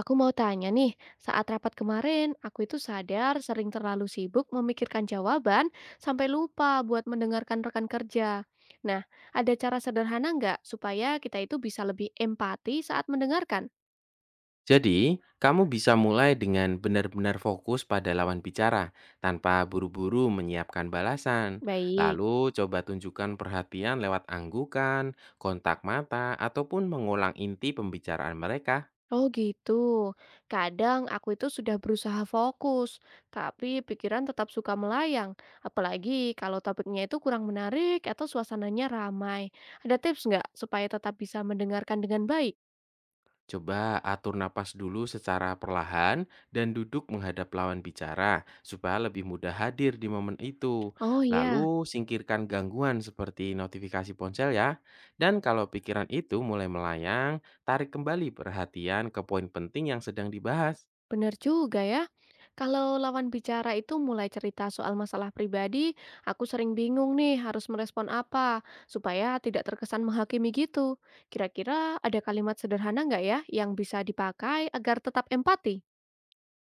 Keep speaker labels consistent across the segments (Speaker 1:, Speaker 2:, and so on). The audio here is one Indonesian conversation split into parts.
Speaker 1: Aku mau tanya nih, saat rapat kemarin, aku itu sadar sering terlalu sibuk memikirkan jawaban sampai lupa buat mendengarkan rekan kerja. Nah, ada cara sederhana nggak supaya kita itu bisa lebih empati saat mendengarkan?
Speaker 2: Jadi, kamu bisa mulai dengan benar-benar fokus pada lawan bicara tanpa buru-buru menyiapkan balasan.
Speaker 1: Baik.
Speaker 2: Lalu, coba tunjukkan perhatian lewat anggukan, kontak mata, ataupun mengulang inti pembicaraan mereka.
Speaker 1: Oh gitu. Kadang aku itu sudah berusaha fokus, tapi pikiran tetap suka melayang. Apalagi kalau topiknya itu kurang menarik atau suasananya ramai. Ada tips nggak supaya tetap bisa mendengarkan dengan baik?
Speaker 2: Coba atur napas dulu secara perlahan dan duduk menghadap lawan bicara supaya lebih mudah hadir di momen itu.
Speaker 1: Oh iya.
Speaker 2: Lalu singkirkan gangguan seperti notifikasi ponsel ya. Dan kalau pikiran itu mulai melayang, tarik kembali perhatian ke poin penting yang sedang dibahas.
Speaker 1: Benar juga ya. Kalau lawan bicara itu mulai cerita soal masalah pribadi, aku sering bingung nih harus merespon apa supaya tidak terkesan menghakimi gitu. Kira-kira ada kalimat sederhana nggak ya yang bisa dipakai agar tetap empati?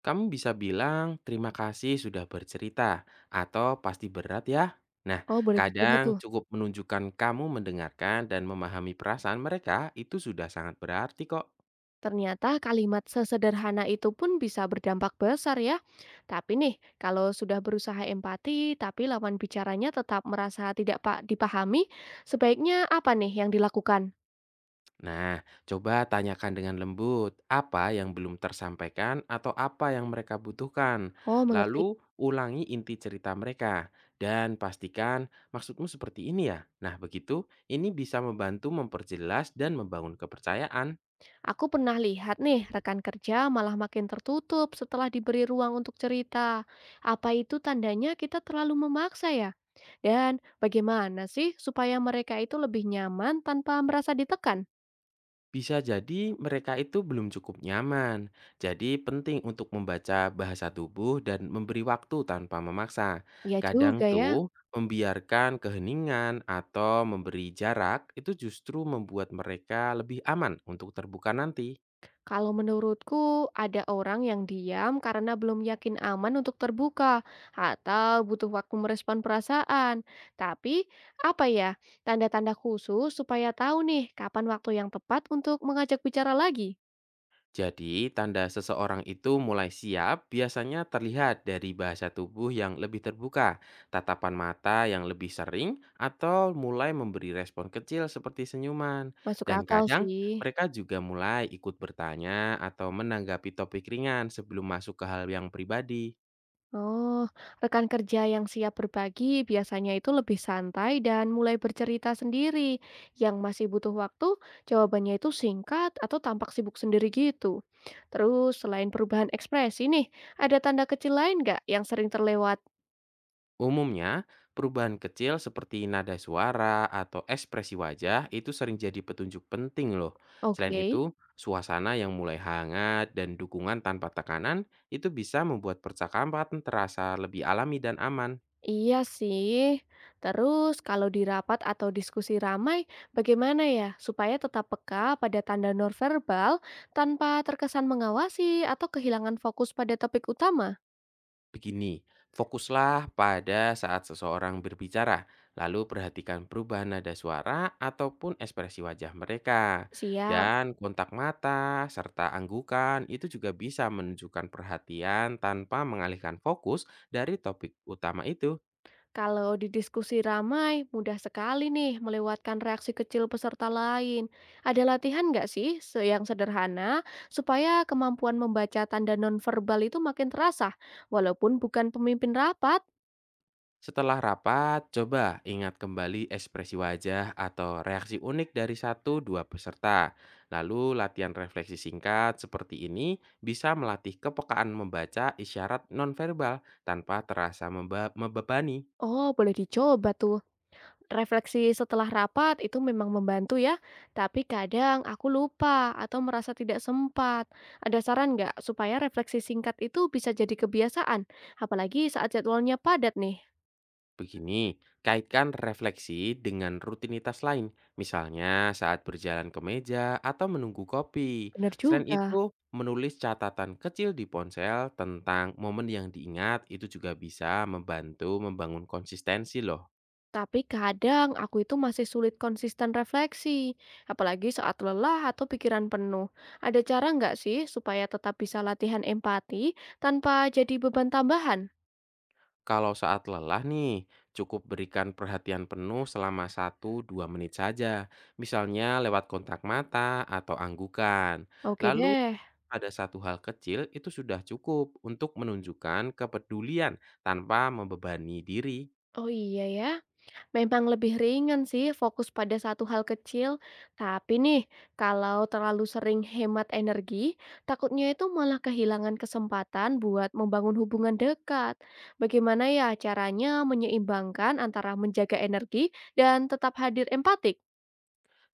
Speaker 2: Kamu bisa bilang terima kasih sudah bercerita atau pasti berat ya. Nah,
Speaker 1: Oh, boleh dicoba tuh.
Speaker 2: kadang cukup menunjukkan kamu mendengarkan dan memahami perasaan mereka itu sudah sangat berarti kok.
Speaker 1: Ternyata kalimat sesederhana itu pun bisa berdampak besar ya. Tapi nih, kalau sudah berusaha empati tapi lawan bicaranya tetap merasa tidak pak dipahami, sebaiknya apa nih yang dilakukan?
Speaker 2: Nah, coba tanyakan dengan lembut apa yang belum tersampaikan atau apa yang mereka butuhkan.
Speaker 1: Oh, mengerti.
Speaker 2: Lalu ulangi inti cerita mereka dan pastikan maksudmu seperti ini ya. Nah, begitu ini bisa membantu memperjelas dan membangun kepercayaan.
Speaker 1: Aku pernah lihat nih, rekan kerja malah makin tertutup setelah diberi ruang untuk cerita. Apa itu tandanya kita terlalu memaksa ya? Dan bagaimana sih supaya mereka itu lebih nyaman tanpa merasa ditekan?
Speaker 2: Bisa jadi mereka itu belum cukup nyaman, jadi penting untuk membaca bahasa tubuh dan memberi waktu tanpa memaksa.
Speaker 1: Ya juga
Speaker 2: Kadang
Speaker 1: ya,
Speaker 2: tuh membiarkan keheningan atau memberi jarak itu justru membuat mereka lebih aman untuk terbuka nanti.
Speaker 1: kalau menurutku ada orang yang diam karena belum yakin aman untuk terbuka atau butuh waktu merespon perasaan. Tapi apa ya, tanda-tanda khusus supaya tahu nih kapan waktu yang tepat untuk mengajak bicara lagi?
Speaker 2: Jadi, tanda seseorang itu mulai siap biasanya terlihat dari bahasa tubuh yang lebih terbuka, tatapan mata yang lebih sering, atau mulai memberi respon kecil seperti senyuman.
Speaker 1: Masuk
Speaker 2: Dan
Speaker 1: akal
Speaker 2: kadang
Speaker 1: sih.
Speaker 2: mereka juga mulai ikut bertanya atau menanggapi topik ringan sebelum masuk ke hal yang pribadi.
Speaker 1: Oh, rekan kerja yang siap berbagi biasanya itu lebih santai dan mulai bercerita sendiri. Yang masih butuh waktu, jawabannya itu singkat atau tampak sibuk sendiri gitu. Terus, selain perubahan ekspresi nih, ada tanda kecil lain nggak yang sering terlewat?
Speaker 2: Umumnya, perubahan kecil seperti nada suara atau ekspresi wajah itu sering jadi petunjuk penting loh. Selain
Speaker 1: Oke.
Speaker 2: itu, suasana yang mulai hangat dan dukungan tanpa tekanan itu bisa membuat percakapan terasa lebih alami dan aman.
Speaker 1: Iya sih. Terus kalau di rapat atau diskusi ramai, bagaimana ya supaya tetap peka pada tanda nonverbal tanpa terkesan mengawasi atau kehilangan fokus pada topik utama?
Speaker 2: Begini, fokuslah pada saat seseorang berbicara, lalu perhatikan perubahan nada suara ataupun ekspresi wajah mereka.
Speaker 1: Siap.
Speaker 2: Dan kontak mata serta anggukan itu juga bisa menunjukkan perhatian tanpa mengalihkan fokus dari topik utama itu.
Speaker 1: Kalau di diskusi ramai, mudah sekali nih melewatkan reaksi kecil peserta lain. Ada latihan nggak sih yang sederhana supaya kemampuan membaca tanda nonverbal itu makin terasa, walaupun bukan pemimpin rapat?
Speaker 2: Setelah rapat, coba ingat kembali ekspresi wajah atau reaksi unik dari satu dua peserta. Lalu latihan refleksi singkat seperti ini bisa melatih kepekaan membaca isyarat nonverbal tanpa terasa membebani.
Speaker 1: Oh, boleh dicoba tuh. Refleksi setelah rapat itu memang membantu ya, tapi kadang aku lupa atau merasa tidak sempat. Ada saran nggak supaya refleksi singkat itu bisa jadi kebiasaan, apalagi saat jadwalnya padat nih?
Speaker 2: Begini, kaitkan refleksi dengan rutinitas lain, misalnya saat berjalan ke meja atau menunggu kopi.
Speaker 1: Bener
Speaker 2: Selain
Speaker 1: juga.
Speaker 2: itu, menulis catatan kecil di ponsel tentang momen yang diingat itu juga bisa membantu membangun konsistensi loh.
Speaker 1: Tapi kadang aku itu masih sulit konsisten refleksi, apalagi saat lelah atau pikiran penuh. Ada cara nggak sih supaya tetap bisa latihan empati tanpa jadi beban tambahan?
Speaker 2: Kalau saat lelah nih, cukup berikan perhatian penuh selama 1 dua menit saja, misalnya lewat kontak mata atau anggukan.
Speaker 1: Oke
Speaker 2: Lalu,
Speaker 1: deh.
Speaker 2: ada satu hal kecil itu sudah cukup untuk menunjukkan kepedulian tanpa membebani diri.
Speaker 1: Oh iya ya, memang lebih ringan sih fokus pada satu hal kecil, tapi nih kalau terlalu sering hemat energi, takutnya itu malah kehilangan kesempatan buat membangun hubungan dekat. Bagaimana ya caranya menyeimbangkan antara menjaga energi dan tetap hadir empatik?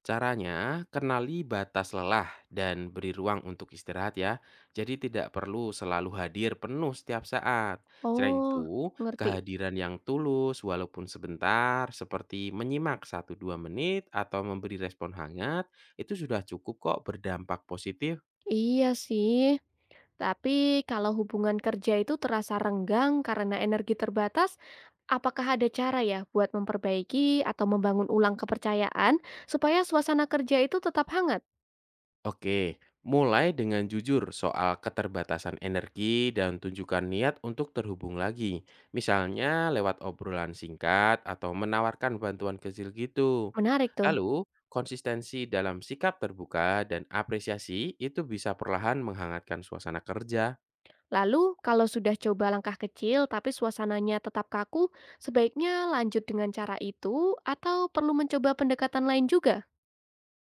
Speaker 2: Caranya, kenali batas lelah dan beri ruang untuk istirahat ya. Jadi tidak perlu selalu hadir penuh setiap saat. Selain
Speaker 1: Oh,
Speaker 2: itu,
Speaker 1: ngerti.
Speaker 2: kehadiran yang tulus walaupun sebentar seperti menyimak satu dua menit atau memberi respon hangat itu sudah cukup kok berdampak positif.
Speaker 1: Iya sih. Tapi kalau hubungan kerja itu terasa renggang karena energi terbatas, apakah ada cara ya buat memperbaiki atau membangun ulang kepercayaan supaya suasana kerja itu tetap hangat?
Speaker 2: Oke, mulai dengan jujur soal keterbatasan energi dan tunjukkan niat untuk terhubung lagi. Misalnya lewat obrolan singkat atau menawarkan bantuan kecil gitu.
Speaker 1: Menarik tuh.
Speaker 2: Lalu, konsistensi dalam sikap terbuka dan apresiasi itu bisa perlahan menghangatkan suasana kerja.
Speaker 1: Lalu kalau sudah coba langkah kecil tapi suasananya tetap kaku, sebaiknya lanjut dengan cara itu atau perlu mencoba pendekatan lain juga?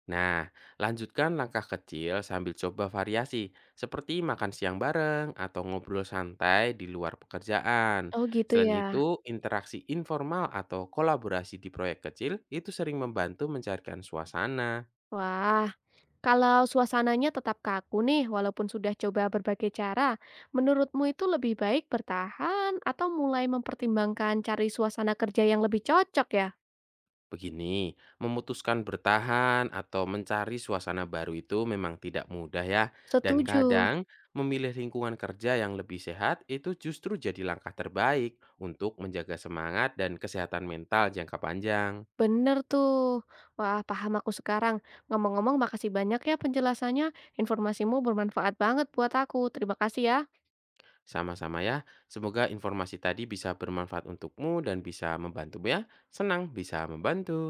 Speaker 2: Nah, lanjutkan langkah kecil sambil coba variasi, seperti makan siang bareng atau ngobrol santai di luar pekerjaan.
Speaker 1: Oh gitu
Speaker 2: Selain
Speaker 1: ya.
Speaker 2: itu, interaksi informal atau kolaborasi di proyek kecil itu sering membantu mencairkan suasana.
Speaker 1: Wah, kalau suasananya tetap kaku nih, walaupun sudah coba berbagai cara, menurutmu itu lebih baik bertahan atau mulai mempertimbangkan cari suasana kerja yang lebih cocok ya?
Speaker 2: Begini, memutuskan bertahan atau mencari suasana baru itu memang tidak mudah ya, dan
Speaker 1: Setuju,
Speaker 2: kadang memilih lingkungan kerja yang lebih sehat itu justru jadi langkah terbaik untuk menjaga semangat dan kesehatan mental jangka panjang.
Speaker 1: bener tuh. Wah, paham aku sekarang. Ngomong-ngomong, makasih banyak ya penjelasannya. Informasimu bermanfaat banget buat aku. Terima kasih ya.
Speaker 2: Sama-sama ya, semoga informasi tadi bisa bermanfaat untukmu dan bisa membantu ya. Senang bisa membantu.